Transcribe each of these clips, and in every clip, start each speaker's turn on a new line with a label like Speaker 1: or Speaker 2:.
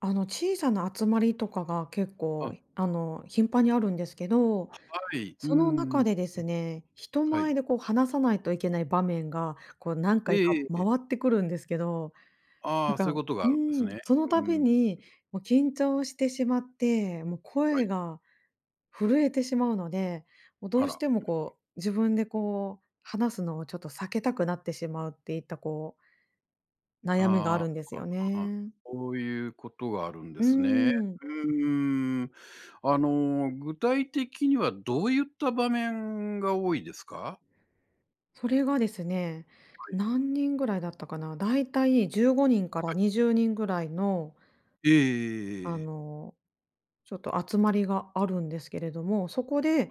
Speaker 1: 小さな集まりとかが結
Speaker 2: あ、
Speaker 1: 構、
Speaker 2: は
Speaker 1: 頻繁にあるんですけど、
Speaker 2: い。うー
Speaker 1: その
Speaker 2: ん、
Speaker 1: 中でですね、人
Speaker 2: はい。
Speaker 1: 前でこう話さないといけない場面が、こう何
Speaker 2: え
Speaker 1: 回
Speaker 2: ええ
Speaker 1: か
Speaker 2: え
Speaker 1: 回
Speaker 2: え
Speaker 1: っ
Speaker 2: え。
Speaker 1: てくるんですけど、な
Speaker 2: あ
Speaker 1: ん
Speaker 2: あ、そういう
Speaker 1: か、
Speaker 2: ことがあ
Speaker 1: う
Speaker 2: るんですね。
Speaker 1: その
Speaker 2: う
Speaker 1: 度
Speaker 2: ん、
Speaker 1: に、もう緊張してしまって、もう
Speaker 2: はい。
Speaker 1: 声が震えてしまうので、もうど
Speaker 2: あ
Speaker 1: うし
Speaker 2: ら。
Speaker 1: てもこう、自分でこう、話すのをちょっと避けたくなってしまうっていったこう、悩みがあ
Speaker 2: あ
Speaker 1: るんですよ
Speaker 2: あ、あ、
Speaker 1: ね。
Speaker 2: そういうことがあるんで
Speaker 1: うー
Speaker 2: すね。
Speaker 1: ん。
Speaker 2: うーん。具体的にはどういった場面が多いですか？
Speaker 1: それがですね、
Speaker 2: はい
Speaker 1: 何人ぐらいだったかな、だいたい15人から
Speaker 2: はい。
Speaker 1: 20人ぐらいの、
Speaker 2: えええええ
Speaker 1: あ
Speaker 2: えええ。
Speaker 1: の、ちょっと集まりがあるんですけれども、そこで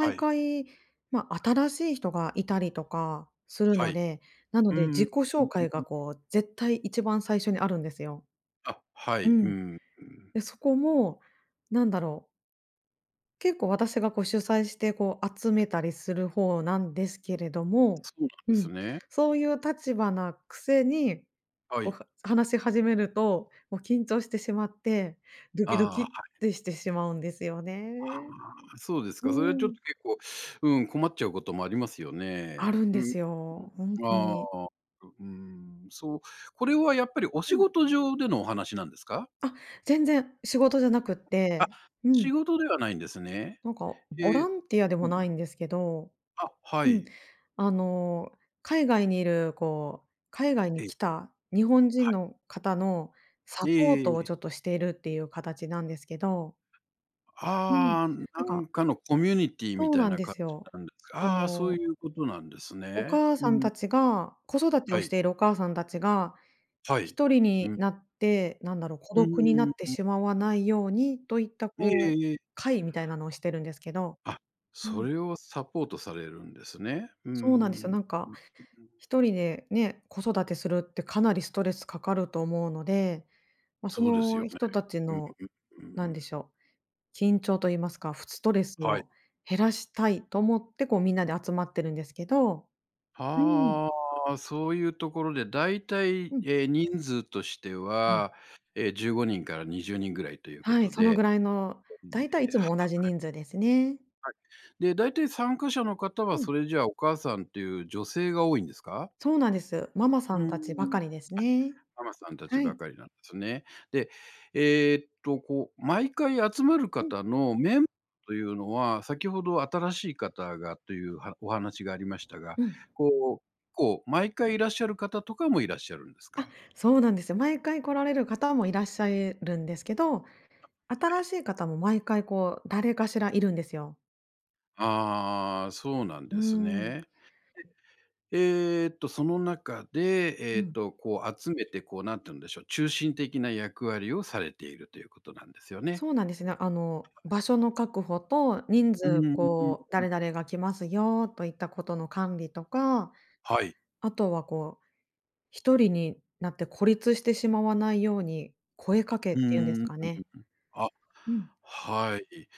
Speaker 2: はい、
Speaker 1: 回、まあ、新しい人がいたりとかする
Speaker 2: は
Speaker 1: の
Speaker 2: い。
Speaker 1: で、なの
Speaker 2: うん、
Speaker 1: で
Speaker 2: う
Speaker 1: 自
Speaker 2: ん
Speaker 1: 己
Speaker 2: うん
Speaker 1: 紹介
Speaker 2: うん。
Speaker 1: がこう絶対一番最初にあるんですよ。
Speaker 2: あ、は
Speaker 1: う
Speaker 2: い、う
Speaker 1: ん。
Speaker 2: ん、うん。
Speaker 1: で、そこも、なんだろう結構私がこう主催して、こう集めたりする方なんですけれども、
Speaker 2: そうなん
Speaker 1: う
Speaker 2: です
Speaker 1: ん、
Speaker 2: ね。
Speaker 1: そういう立場なくせに、
Speaker 2: は
Speaker 1: こう、
Speaker 2: い。
Speaker 1: 話し始めると、もう緊張してしまって、ドキド
Speaker 2: あ
Speaker 1: キっ
Speaker 2: あ、
Speaker 1: てしてしまうんですよ
Speaker 2: あ
Speaker 1: ね。
Speaker 2: あ、そうです
Speaker 1: う
Speaker 2: か。それはちょっ
Speaker 1: ん。
Speaker 2: と結構、うん、困っちゃうこともありますよ
Speaker 1: ある
Speaker 2: ね。
Speaker 1: ん
Speaker 2: う
Speaker 1: で
Speaker 2: ん。
Speaker 1: すよ、ほんと
Speaker 2: あ
Speaker 1: に。
Speaker 2: あ、うん、そう、これはやっぱりお
Speaker 1: う
Speaker 2: 仕
Speaker 1: ん。
Speaker 2: 事上でのお話なんですか？
Speaker 1: あ、全然仕事じゃなくっ
Speaker 2: あ、
Speaker 1: て、うん、
Speaker 2: 仕事ではないんですね。
Speaker 1: なんか
Speaker 2: え
Speaker 1: ボラ
Speaker 2: え、
Speaker 1: ンティアで
Speaker 2: う
Speaker 1: も
Speaker 2: ん。
Speaker 1: ないんですけど、
Speaker 2: あ、は
Speaker 1: うん。
Speaker 2: い。
Speaker 1: あの、海外にいる、こう、海外に
Speaker 2: ええ、
Speaker 1: 来た日本
Speaker 2: は
Speaker 1: 人
Speaker 2: い。
Speaker 1: の方のサ
Speaker 2: え
Speaker 1: ポート
Speaker 2: え
Speaker 1: をち
Speaker 2: え。
Speaker 1: ょっとしているっていう形なんですけど。うん。
Speaker 2: ああ、
Speaker 1: な
Speaker 2: な
Speaker 1: ん
Speaker 2: ん
Speaker 1: か
Speaker 2: かのコミュニティみ
Speaker 1: そう
Speaker 2: たい
Speaker 1: なん
Speaker 2: な
Speaker 1: で
Speaker 2: 感
Speaker 1: す
Speaker 2: じ
Speaker 1: よ。
Speaker 2: なんですか。
Speaker 1: あ
Speaker 2: ああ、そう
Speaker 1: の、
Speaker 2: いうことなんです
Speaker 1: お
Speaker 2: ね。
Speaker 1: 母
Speaker 2: う
Speaker 1: さん
Speaker 2: ん。
Speaker 1: たちが子育て
Speaker 2: は
Speaker 1: をし
Speaker 2: い。
Speaker 1: ているお母さんたちが、
Speaker 2: はい。
Speaker 1: 一人
Speaker 2: う
Speaker 1: に
Speaker 2: ん。
Speaker 1: なって、孤
Speaker 2: う
Speaker 1: 独にな
Speaker 2: ー
Speaker 1: って
Speaker 2: ん。
Speaker 1: しまわないようにといった
Speaker 2: えええ
Speaker 1: こう、
Speaker 2: えええ。
Speaker 1: 会みたいなのをしてるんですけど。
Speaker 2: あ、
Speaker 1: う
Speaker 2: そ
Speaker 1: ん。
Speaker 2: れをサポートされるんですね。う
Speaker 1: そうなんですよ、
Speaker 2: ん。
Speaker 1: 一人でね、子育てするってかなりストレスかかると思うので、まあ、そ
Speaker 2: そうですよ
Speaker 1: の
Speaker 2: ね。
Speaker 1: 人たち
Speaker 2: うん
Speaker 1: の、
Speaker 2: うんう
Speaker 1: なんで
Speaker 2: ん
Speaker 1: しょう、緊張と言いますか、ストレス
Speaker 2: はい。
Speaker 1: を減らしたいと思って、こうみんなで集まってるんですけど、うん、
Speaker 2: はあ、そういうところでだいたい、
Speaker 1: うん、
Speaker 2: え、人数として
Speaker 1: うん。
Speaker 2: は、15人から20人ぐらいというこ
Speaker 1: はい、
Speaker 2: と
Speaker 1: その
Speaker 2: で、
Speaker 1: ぐらいの、大体い
Speaker 2: え、はい
Speaker 1: つも同じ
Speaker 2: は
Speaker 1: 人
Speaker 2: い。
Speaker 1: 数ですね。
Speaker 2: で、だいたい参加者の方
Speaker 1: う
Speaker 2: は
Speaker 1: ん、
Speaker 2: それじゃあお母さんっていう女性が多いんですか？
Speaker 1: そうなんです。ママさ
Speaker 2: う
Speaker 1: んたちば
Speaker 2: ん。
Speaker 1: かりですね。
Speaker 2: ママさんたち
Speaker 1: は
Speaker 2: ば
Speaker 1: い。
Speaker 2: かりなんですね。で、えこう、毎回集まる
Speaker 1: うん、
Speaker 2: 方のメンバーというのは、先ほど新しい方がというはお話がありましたが、
Speaker 1: うん。
Speaker 2: こう、こう、毎回いらっしゃる方とかもいらっしゃるんです
Speaker 1: あ、
Speaker 2: か？
Speaker 1: そうなんですよ。毎回来られる方もいらっしゃるんですけど、新しい方も毎回こう、誰かしらいるんですよ。
Speaker 2: ああ、そうなん
Speaker 1: うー
Speaker 2: です
Speaker 1: ん。
Speaker 2: ね。その中で、
Speaker 1: うん。
Speaker 2: こう集めて、こう、なんて言うんでしょう、中心的な役割をされているということなんですよね。
Speaker 1: そうなんですね。場所の確保と、人
Speaker 2: うー
Speaker 1: 数
Speaker 2: ん、
Speaker 1: こう、誰々が来ますよといったことの管理とか、
Speaker 2: はい。
Speaker 1: あとはこう、一人になって孤立してしまわないように、声かけっ
Speaker 2: う
Speaker 1: ていうんです
Speaker 2: ーん。
Speaker 1: かね。
Speaker 2: あ、
Speaker 1: うん。
Speaker 2: はい。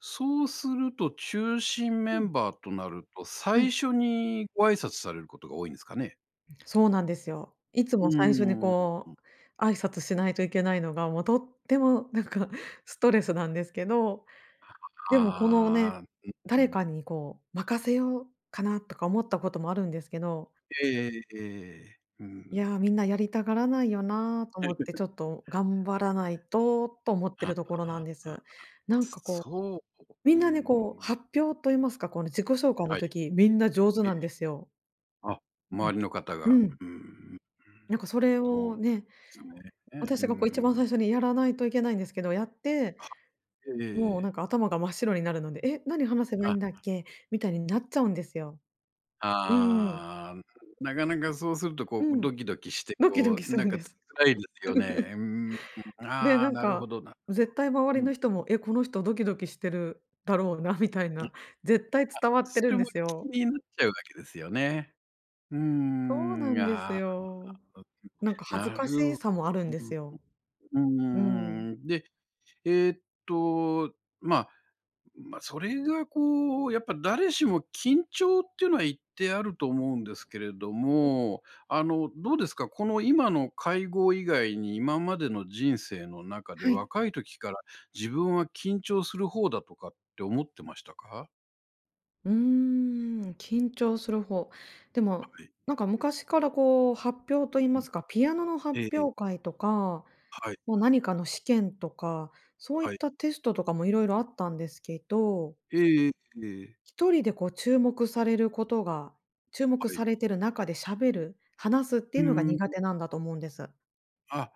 Speaker 2: そうすると、中心
Speaker 1: う
Speaker 2: メ
Speaker 1: ん。
Speaker 2: ンバーとなると、
Speaker 1: は
Speaker 2: 最
Speaker 1: い。
Speaker 2: 初にご挨拶されることが多いんですかね？
Speaker 1: そうなんですよ。いつ
Speaker 2: う
Speaker 1: も最初に
Speaker 2: ーん。
Speaker 1: こう、挨拶しないといけないのが、もうとってもなんか ストレスなんですけど、でも、このね、
Speaker 2: ああ、う
Speaker 1: 誰
Speaker 2: ん。
Speaker 1: かにこう、任せようかなとか思ったこともあるんですけど、
Speaker 2: ええええええ。う
Speaker 1: い
Speaker 2: ん。
Speaker 1: や、みんなやりたがらないよなと思って、ちょっと頑張らないと、と思って
Speaker 2: あ
Speaker 1: るところな
Speaker 2: あ、
Speaker 1: んで
Speaker 2: あ、
Speaker 1: す。こ
Speaker 2: そう、
Speaker 1: う、み
Speaker 2: うー
Speaker 1: んなね、こう、
Speaker 2: ん。
Speaker 1: 発表と言いますか、この自己紹介の
Speaker 2: はい。
Speaker 1: 時、みんな上手
Speaker 2: え
Speaker 1: な
Speaker 2: え。
Speaker 1: んですよ。
Speaker 2: あ、
Speaker 1: うん。
Speaker 2: 周りの方が。
Speaker 1: うん。
Speaker 2: うんうんうん。
Speaker 1: それ
Speaker 2: そうなん
Speaker 1: を
Speaker 2: で
Speaker 1: ね、
Speaker 2: すね。うんう
Speaker 1: 私がこう一番
Speaker 2: ん。
Speaker 1: 最初にやらないといけないんですけど、やって、
Speaker 2: はい。えええ
Speaker 1: もう
Speaker 2: え。
Speaker 1: なんか頭が真っ白になるので、何話せばいいんだ
Speaker 2: あ
Speaker 1: っけみたいになっちゃうんですよ。うん。
Speaker 2: ああ、なかなかそうすると
Speaker 1: う
Speaker 2: こう
Speaker 1: ん。
Speaker 2: ドキドキして、
Speaker 1: ドキド
Speaker 2: こ
Speaker 1: キ
Speaker 2: う
Speaker 1: す
Speaker 2: な
Speaker 1: る
Speaker 2: ん
Speaker 1: ん
Speaker 2: か
Speaker 1: で
Speaker 2: つ
Speaker 1: す。
Speaker 2: 辛いですよね。うーん、
Speaker 1: で、
Speaker 2: ああ、なるほどな。
Speaker 1: 絶対周
Speaker 2: う
Speaker 1: りの
Speaker 2: ん。
Speaker 1: 人も、え、この人ドキドキしてるだろうなみたいな、絶対伝わって
Speaker 2: そ
Speaker 1: る
Speaker 2: れ
Speaker 1: んで
Speaker 2: も
Speaker 1: す
Speaker 2: 気
Speaker 1: よ。
Speaker 2: になっちゃうわけですよね。うー
Speaker 1: そうな
Speaker 2: ん、
Speaker 1: んです
Speaker 2: ああ、
Speaker 1: よ。なんか恥ず
Speaker 2: なる
Speaker 1: か
Speaker 2: ほ
Speaker 1: し
Speaker 2: ど。
Speaker 1: さもあるんですよ。
Speaker 2: う
Speaker 1: うん。
Speaker 2: ん、うーん。で、えっと、まあまあ、それがこう、やっぱ誰しも緊張っていうのは一定あると思うんですけれども、どうですか？この今の会合以外に、今までの人生の中で、
Speaker 1: はい。
Speaker 2: 若い時から自分は緊張する方だとかって思ってましたか？
Speaker 1: うーん、緊張する方。で
Speaker 2: は
Speaker 1: も、
Speaker 2: い。
Speaker 1: なんか昔からこう発表と言いま
Speaker 2: う
Speaker 1: すか、ピアノの発
Speaker 2: ん。ええ
Speaker 1: 表会とか、
Speaker 2: はい、
Speaker 1: ま、何かの試験とか、そういっ
Speaker 2: はい。
Speaker 1: たテストとかも色々あったんですけど、
Speaker 2: えええええ。
Speaker 1: 一人でこう注目されることが注目
Speaker 2: はい。
Speaker 1: されてる中で喋る、話すって
Speaker 2: う
Speaker 1: いうのが
Speaker 2: ー
Speaker 1: 苦
Speaker 2: ん。
Speaker 1: 手なんだと思うんです。
Speaker 2: あ、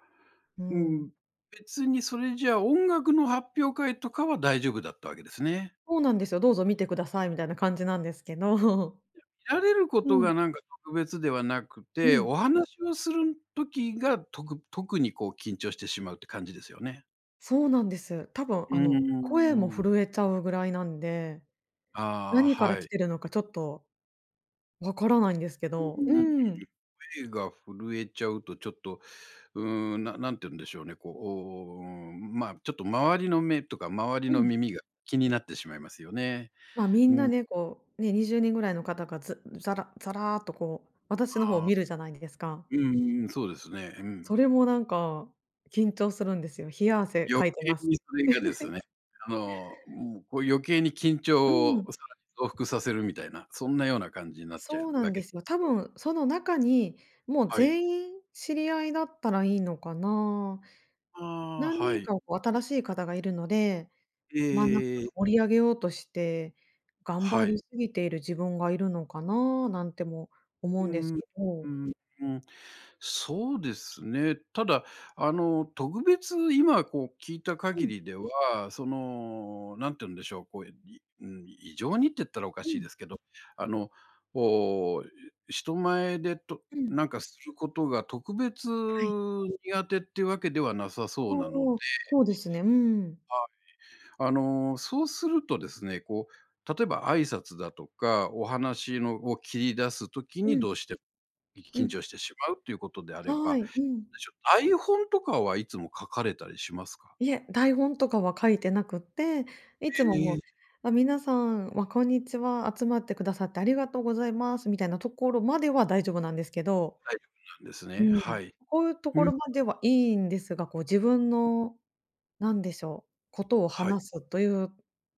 Speaker 1: う
Speaker 2: う
Speaker 1: ん。
Speaker 2: ん。別にそれじゃあ、音楽の発表会とかは大丈夫だったわけですね。
Speaker 1: そうなんですよ。どうぞ見てくださいみたいな感じなんですけど。
Speaker 2: られるこ
Speaker 1: う
Speaker 2: と
Speaker 1: ん、
Speaker 2: がなんか特別ではなく
Speaker 1: う
Speaker 2: て、
Speaker 1: ん。
Speaker 2: お話をする時が、特にこう緊張してしまうって感じですよね。
Speaker 1: そうなんです。多分
Speaker 2: う
Speaker 1: あの、
Speaker 2: ー
Speaker 1: 声も
Speaker 2: ん。
Speaker 1: 震えちゃうぐらいなんで、
Speaker 2: ああ、
Speaker 1: 何から
Speaker 2: は
Speaker 1: 来
Speaker 2: い。
Speaker 1: てるのかちょっとわからないんですけ
Speaker 2: う
Speaker 1: ど。う
Speaker 2: ん。
Speaker 1: ん。
Speaker 2: 手が震えちゃうとちょっと、うーん、んて言うんでしょうね、こう、おお、まあ、ちょっと周りの目とか周り
Speaker 1: う
Speaker 2: の
Speaker 1: ん。
Speaker 2: 耳が気になってしまいますよね。
Speaker 1: ま、み
Speaker 2: う
Speaker 1: んな
Speaker 2: ん、
Speaker 1: ね、こう、ね、20人ぐらいの方がずざらざらーっとこう、私の方を
Speaker 2: ああ、
Speaker 1: 見るじゃないですか。
Speaker 2: うんうん、そうですね。うん
Speaker 1: それもなんか、緊張するんですよ。冷や汗
Speaker 2: 余
Speaker 1: かいて
Speaker 2: 計
Speaker 1: ます。
Speaker 2: にそれがですね、もうこう余計に緊
Speaker 1: う
Speaker 2: 張
Speaker 1: ん。
Speaker 2: をさらに増幅させるみたいな、そんなような感じになっちゃ
Speaker 1: そう
Speaker 2: う
Speaker 1: な
Speaker 2: わ
Speaker 1: んで
Speaker 2: け
Speaker 1: すよ。多分その中に、もう
Speaker 2: はい。
Speaker 1: 全員知り合いだったらいいのかな。
Speaker 2: ああ、
Speaker 1: 何
Speaker 2: は
Speaker 1: 人
Speaker 2: い。
Speaker 1: かこう新しい方がいるので、
Speaker 2: え
Speaker 1: ま、なんかち
Speaker 2: え
Speaker 1: ょ
Speaker 2: え
Speaker 1: っと
Speaker 2: え。
Speaker 1: 盛り上げようとして、頑張
Speaker 2: は
Speaker 1: り
Speaker 2: い。
Speaker 1: すぎている自分がいるのかな、なんても思うん
Speaker 2: う
Speaker 1: です
Speaker 2: ん、
Speaker 1: け
Speaker 2: う
Speaker 1: ど。
Speaker 2: ん、うん。そうですね。ただ、特別今こう聞いた
Speaker 1: う
Speaker 2: 限
Speaker 1: ん、
Speaker 2: りでは、その、なんて言うんでしょう、こう、いうん、異常にって言ったらおか
Speaker 1: う
Speaker 2: しい
Speaker 1: ん、
Speaker 2: ですけど、あの、こう、人前でと
Speaker 1: うん。
Speaker 2: なんかすることが特別
Speaker 1: はい。
Speaker 2: 苦手っていうわけではなさ
Speaker 1: ああ、
Speaker 2: そうなの
Speaker 1: そうですね。うん。
Speaker 2: そうするとですね、こう、例えば挨拶だとか、お話のを切り出すとき
Speaker 1: う
Speaker 2: に
Speaker 1: ん、
Speaker 2: どうしても、
Speaker 1: う
Speaker 2: 緊
Speaker 1: ん。
Speaker 2: 張してしまうということであれば、
Speaker 1: はい、うん。
Speaker 2: ちょ台本とかはいつも書かれたりしますか？
Speaker 1: いえ、台本とかは書いてなくって、
Speaker 2: え
Speaker 1: いつ
Speaker 2: え、
Speaker 1: もも
Speaker 2: 大
Speaker 1: う、
Speaker 2: 丈
Speaker 1: あ、皆さん、ま、こんにちは、集まってくださってありがとうございますみたいなところまでは大丈夫なんですけ
Speaker 2: 夫
Speaker 1: ど、
Speaker 2: なんです
Speaker 1: う
Speaker 2: ね。
Speaker 1: ん、
Speaker 2: はい。
Speaker 1: こういうと
Speaker 2: う
Speaker 1: こ
Speaker 2: ん、
Speaker 1: ろまではいいんですが、こう自分の、なんでしょう、ことを
Speaker 2: はい、
Speaker 1: 話すという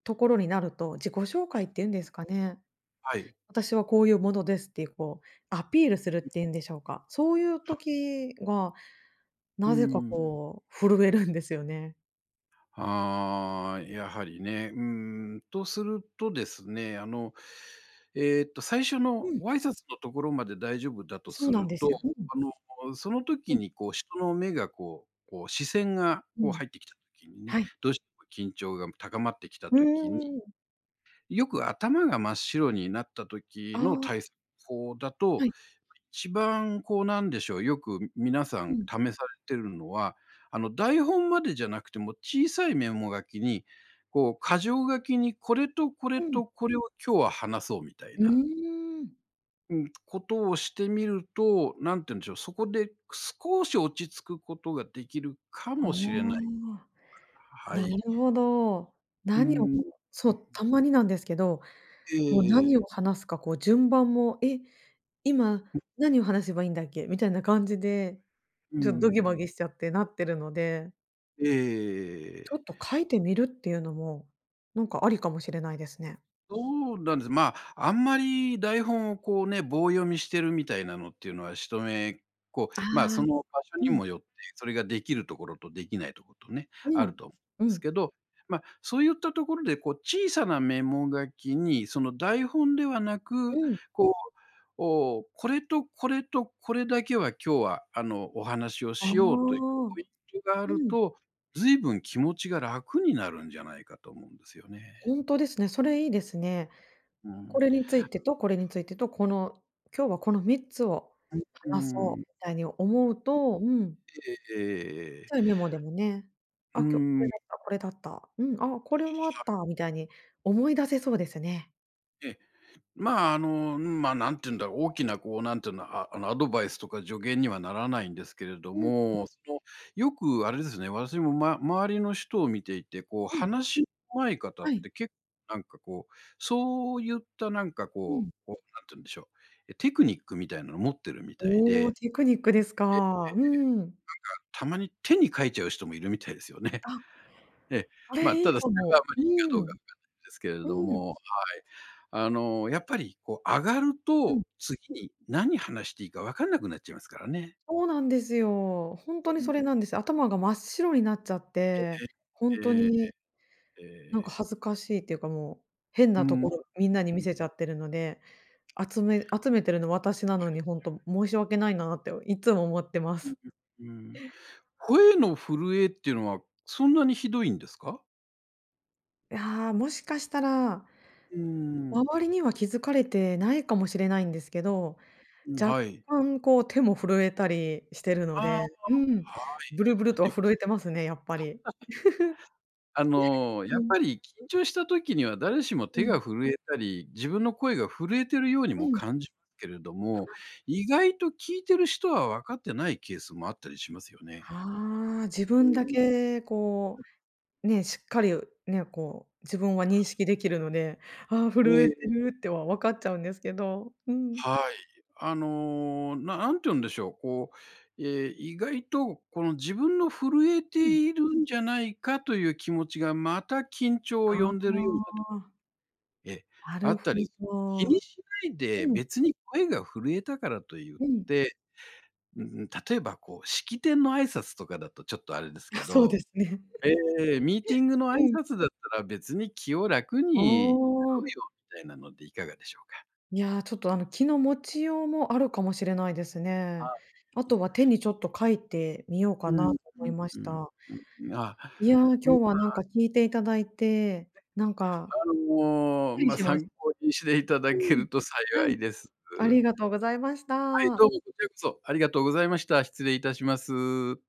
Speaker 1: ところになると、自己紹介っていうんですかね。
Speaker 2: はい、
Speaker 1: 私はこういうものですっていうこう、アピールするっていうんでしょうか。そういう
Speaker 2: は
Speaker 1: 時が
Speaker 2: う
Speaker 1: なぜか
Speaker 2: ん。
Speaker 1: こう震えるんですよね。
Speaker 2: ああ、やはりね。うーん、とするとですね、最初
Speaker 1: う
Speaker 2: の
Speaker 1: ん、
Speaker 2: ご挨拶のところまで大丈夫だと
Speaker 1: そ
Speaker 2: す
Speaker 1: うなん
Speaker 2: る
Speaker 1: で
Speaker 2: と、
Speaker 1: すよ。うん。
Speaker 2: あその
Speaker 1: う
Speaker 2: 時
Speaker 1: ん。
Speaker 2: にこう人の目がこうこう視線が
Speaker 1: う
Speaker 2: こう
Speaker 1: ん、
Speaker 2: 入ってきた時にね、
Speaker 1: はい。
Speaker 2: どうしても緊張が高まってきた
Speaker 1: うー
Speaker 2: 時に、
Speaker 1: ん。
Speaker 2: よく頭が真っ白になった時
Speaker 1: あ
Speaker 2: の対
Speaker 1: あ、
Speaker 2: 策法だと
Speaker 1: はい。
Speaker 2: 一番こうなんでしょう、よく皆さ
Speaker 1: う
Speaker 2: ん
Speaker 1: ん。
Speaker 2: 試されてるのは、台本までじゃなくても小さいメモ書きに、こう箇条書きにこれとこれ
Speaker 1: うん。
Speaker 2: とこれを今日は話そうみたい
Speaker 1: う
Speaker 2: な、
Speaker 1: ーん。
Speaker 2: うん、ことをしてみると、なんて言うんでしょう、そこで少し落ち着くことができるか
Speaker 1: あ
Speaker 2: もしれない。
Speaker 1: あ、
Speaker 2: は
Speaker 1: な
Speaker 2: い。
Speaker 1: るほど。
Speaker 2: う
Speaker 1: 何を
Speaker 2: ん。
Speaker 1: こうそう、たまになんですけど、もう何
Speaker 2: ええ
Speaker 1: を話すか、こう順番も、今何を話せばいいんだっけみたいな感じで、
Speaker 2: う
Speaker 1: ちょっとドギ
Speaker 2: ん
Speaker 1: マギしちゃってなってるので、
Speaker 2: えええええ
Speaker 1: ちょっ
Speaker 2: え。
Speaker 1: と書いてみるっていうのも、なんかありかもしれないですね。
Speaker 2: そうなんです。まあ、あんまり台本をこうね、棒読みしてるみたいなのっていうのは、しとめこう、まあ、
Speaker 1: あ
Speaker 2: その
Speaker 1: あ、
Speaker 2: 場
Speaker 1: う
Speaker 2: 所に
Speaker 1: ん、
Speaker 2: もよって、それができるところとできないところとね、
Speaker 1: う
Speaker 2: ある
Speaker 1: ん、
Speaker 2: と思うん
Speaker 1: う
Speaker 2: です
Speaker 1: ん、
Speaker 2: けど、まあ、そういったところで、こう小さなメモ書きに、その台本ではな
Speaker 1: う
Speaker 2: く、
Speaker 1: ん。
Speaker 2: こう、これとこれとこれだけは今日は、お話を
Speaker 1: ああ、
Speaker 2: しようという
Speaker 1: う
Speaker 2: ポイントがある
Speaker 1: ん。
Speaker 2: と、ずいぶん気持ちが楽になるんじゃないかと思うんですよね。
Speaker 1: ほんとですね、それいいですね。
Speaker 2: う
Speaker 1: こ
Speaker 2: ん。
Speaker 1: れについてと、これについてと、今日はこの3つを
Speaker 2: うー
Speaker 1: 話そ
Speaker 2: ん。
Speaker 1: うみたいに思うと、うん、
Speaker 2: ええ
Speaker 1: ちょいメモでもね、
Speaker 2: う
Speaker 1: あ、
Speaker 2: ー
Speaker 1: 今日これ
Speaker 2: ん。
Speaker 1: だった、これだった、うん、あ、これもあったみたいに思い出せそうですね。
Speaker 2: え、まあ、まあ、なんていうんだろう、大きなこう、なんていうの、アドバイスとか助言にはならないんですけれど
Speaker 1: うん、
Speaker 2: も、その、よくあれですね、私も、ま周りの人を見ていて、こう、
Speaker 1: うん、
Speaker 2: 話の上手い方っ
Speaker 1: はい、
Speaker 2: て結構なんかこう、そういったなんか
Speaker 1: う
Speaker 2: こ
Speaker 1: ん。
Speaker 2: う、こう、なんて言うんでしょう、え、テクニックみたいなの持ってるみたい
Speaker 1: おお、
Speaker 2: で、
Speaker 1: テクニックです
Speaker 2: え、
Speaker 1: か。うん。
Speaker 2: たまに手に書いちゃう人もいるみたいですよね。
Speaker 1: あ、
Speaker 2: ええ、
Speaker 1: そ
Speaker 2: まあ、
Speaker 1: れい
Speaker 2: た
Speaker 1: い
Speaker 2: だそ
Speaker 1: か
Speaker 2: れはあ
Speaker 1: も。
Speaker 2: まり
Speaker 1: う
Speaker 2: いいかどうか
Speaker 1: ん、
Speaker 2: わかんないですけれ
Speaker 1: う
Speaker 2: ど
Speaker 1: ん、
Speaker 2: も。やっぱりこう上がる
Speaker 1: うん。
Speaker 2: と、次に何話していいか分かんなくなっちゃいますからね。
Speaker 1: そうなんですよ。ほんとに
Speaker 2: う
Speaker 1: そ
Speaker 2: ん。
Speaker 1: れなんです。頭が真っ白になっちゃって、ほんと
Speaker 2: ええ、
Speaker 1: に
Speaker 2: え
Speaker 1: なんか
Speaker 2: え、
Speaker 1: 恥ずかしいっていうか、もう、変
Speaker 2: う
Speaker 1: なと
Speaker 2: ん、
Speaker 1: ころみんなに
Speaker 2: う
Speaker 1: 見
Speaker 2: ん
Speaker 1: せちゃってるので、集めてるの私なのにほんと申し訳ないなっていつも思ってます。
Speaker 2: うん、うん。声の震えっていうのは、そんなにひどいんですか？
Speaker 1: いや、もしかしたら、
Speaker 2: うーん、
Speaker 1: 周りには気づかれてないかもしれないんですけど、
Speaker 2: うん、
Speaker 1: 若
Speaker 2: はい。
Speaker 1: 干こう手も震えたりしてるの
Speaker 2: あ
Speaker 1: で、
Speaker 2: あ、
Speaker 1: うん、ブルブルと
Speaker 2: で
Speaker 1: は
Speaker 2: も、
Speaker 1: 震えてますね、やっぱり。う
Speaker 2: やっ
Speaker 1: ん、
Speaker 2: ぱり緊張した時には誰しも
Speaker 1: う
Speaker 2: 手
Speaker 1: ん、
Speaker 2: が震えたり、自分の声が震えてるように
Speaker 1: う
Speaker 2: も
Speaker 1: ん。
Speaker 2: 感じますけれども、意外と聞いてる人は分かってないケースもあったりしますよね。
Speaker 1: ああ、自
Speaker 2: う
Speaker 1: 分だ
Speaker 2: ん。
Speaker 1: けこうね、しっかりね、こう、自分は認識できるので、ああ、
Speaker 2: え
Speaker 1: 震えて
Speaker 2: え。
Speaker 1: るっては分かっちゃうんですけど、うん。
Speaker 2: はい。んて言うんでしょう、こう、意外とこの自分の震え
Speaker 1: うん。
Speaker 2: ているんじゃないかという気持ちが、また緊張を呼んでるような
Speaker 1: ああ、
Speaker 2: ええ、
Speaker 1: な
Speaker 2: あ
Speaker 1: る
Speaker 2: っ
Speaker 1: ほ
Speaker 2: たり、気
Speaker 1: ど。
Speaker 2: にしないで
Speaker 1: うん、
Speaker 2: 別に声が震えたからと言っ
Speaker 1: うん。
Speaker 2: て、うん例えばこう式典の挨拶とかだとちょっとあれですけ
Speaker 1: そう
Speaker 2: ど、
Speaker 1: ですね。
Speaker 2: えミーティングの挨
Speaker 1: うん。
Speaker 2: 拶だったら別に気を楽
Speaker 1: あ
Speaker 2: にや
Speaker 1: あ、
Speaker 2: ろうよみたいなのでいかがでしょうか？
Speaker 1: いや、ちょっと、気の持ちようもあるかもしれないです
Speaker 2: は
Speaker 1: ね。
Speaker 2: い。
Speaker 1: あとは手にちょっと書いてみよう
Speaker 2: う
Speaker 1: かな
Speaker 2: ん。
Speaker 1: と思いま
Speaker 2: う
Speaker 1: し
Speaker 2: ん。
Speaker 1: た。
Speaker 2: うん。あ、
Speaker 1: いや、今日
Speaker 2: うん、
Speaker 1: はなんか聞いていただいて、なんか
Speaker 2: あ
Speaker 1: すっきり
Speaker 2: ま、
Speaker 1: しまし
Speaker 2: 参
Speaker 1: た。
Speaker 2: 考にしていただ
Speaker 1: う
Speaker 2: け
Speaker 1: ん。
Speaker 2: ると幸
Speaker 1: は
Speaker 2: い
Speaker 1: い。
Speaker 2: です。
Speaker 1: ありがとうございまし
Speaker 2: はい、
Speaker 1: た。
Speaker 2: どうもこちらこそありがとうございました。失礼いたします。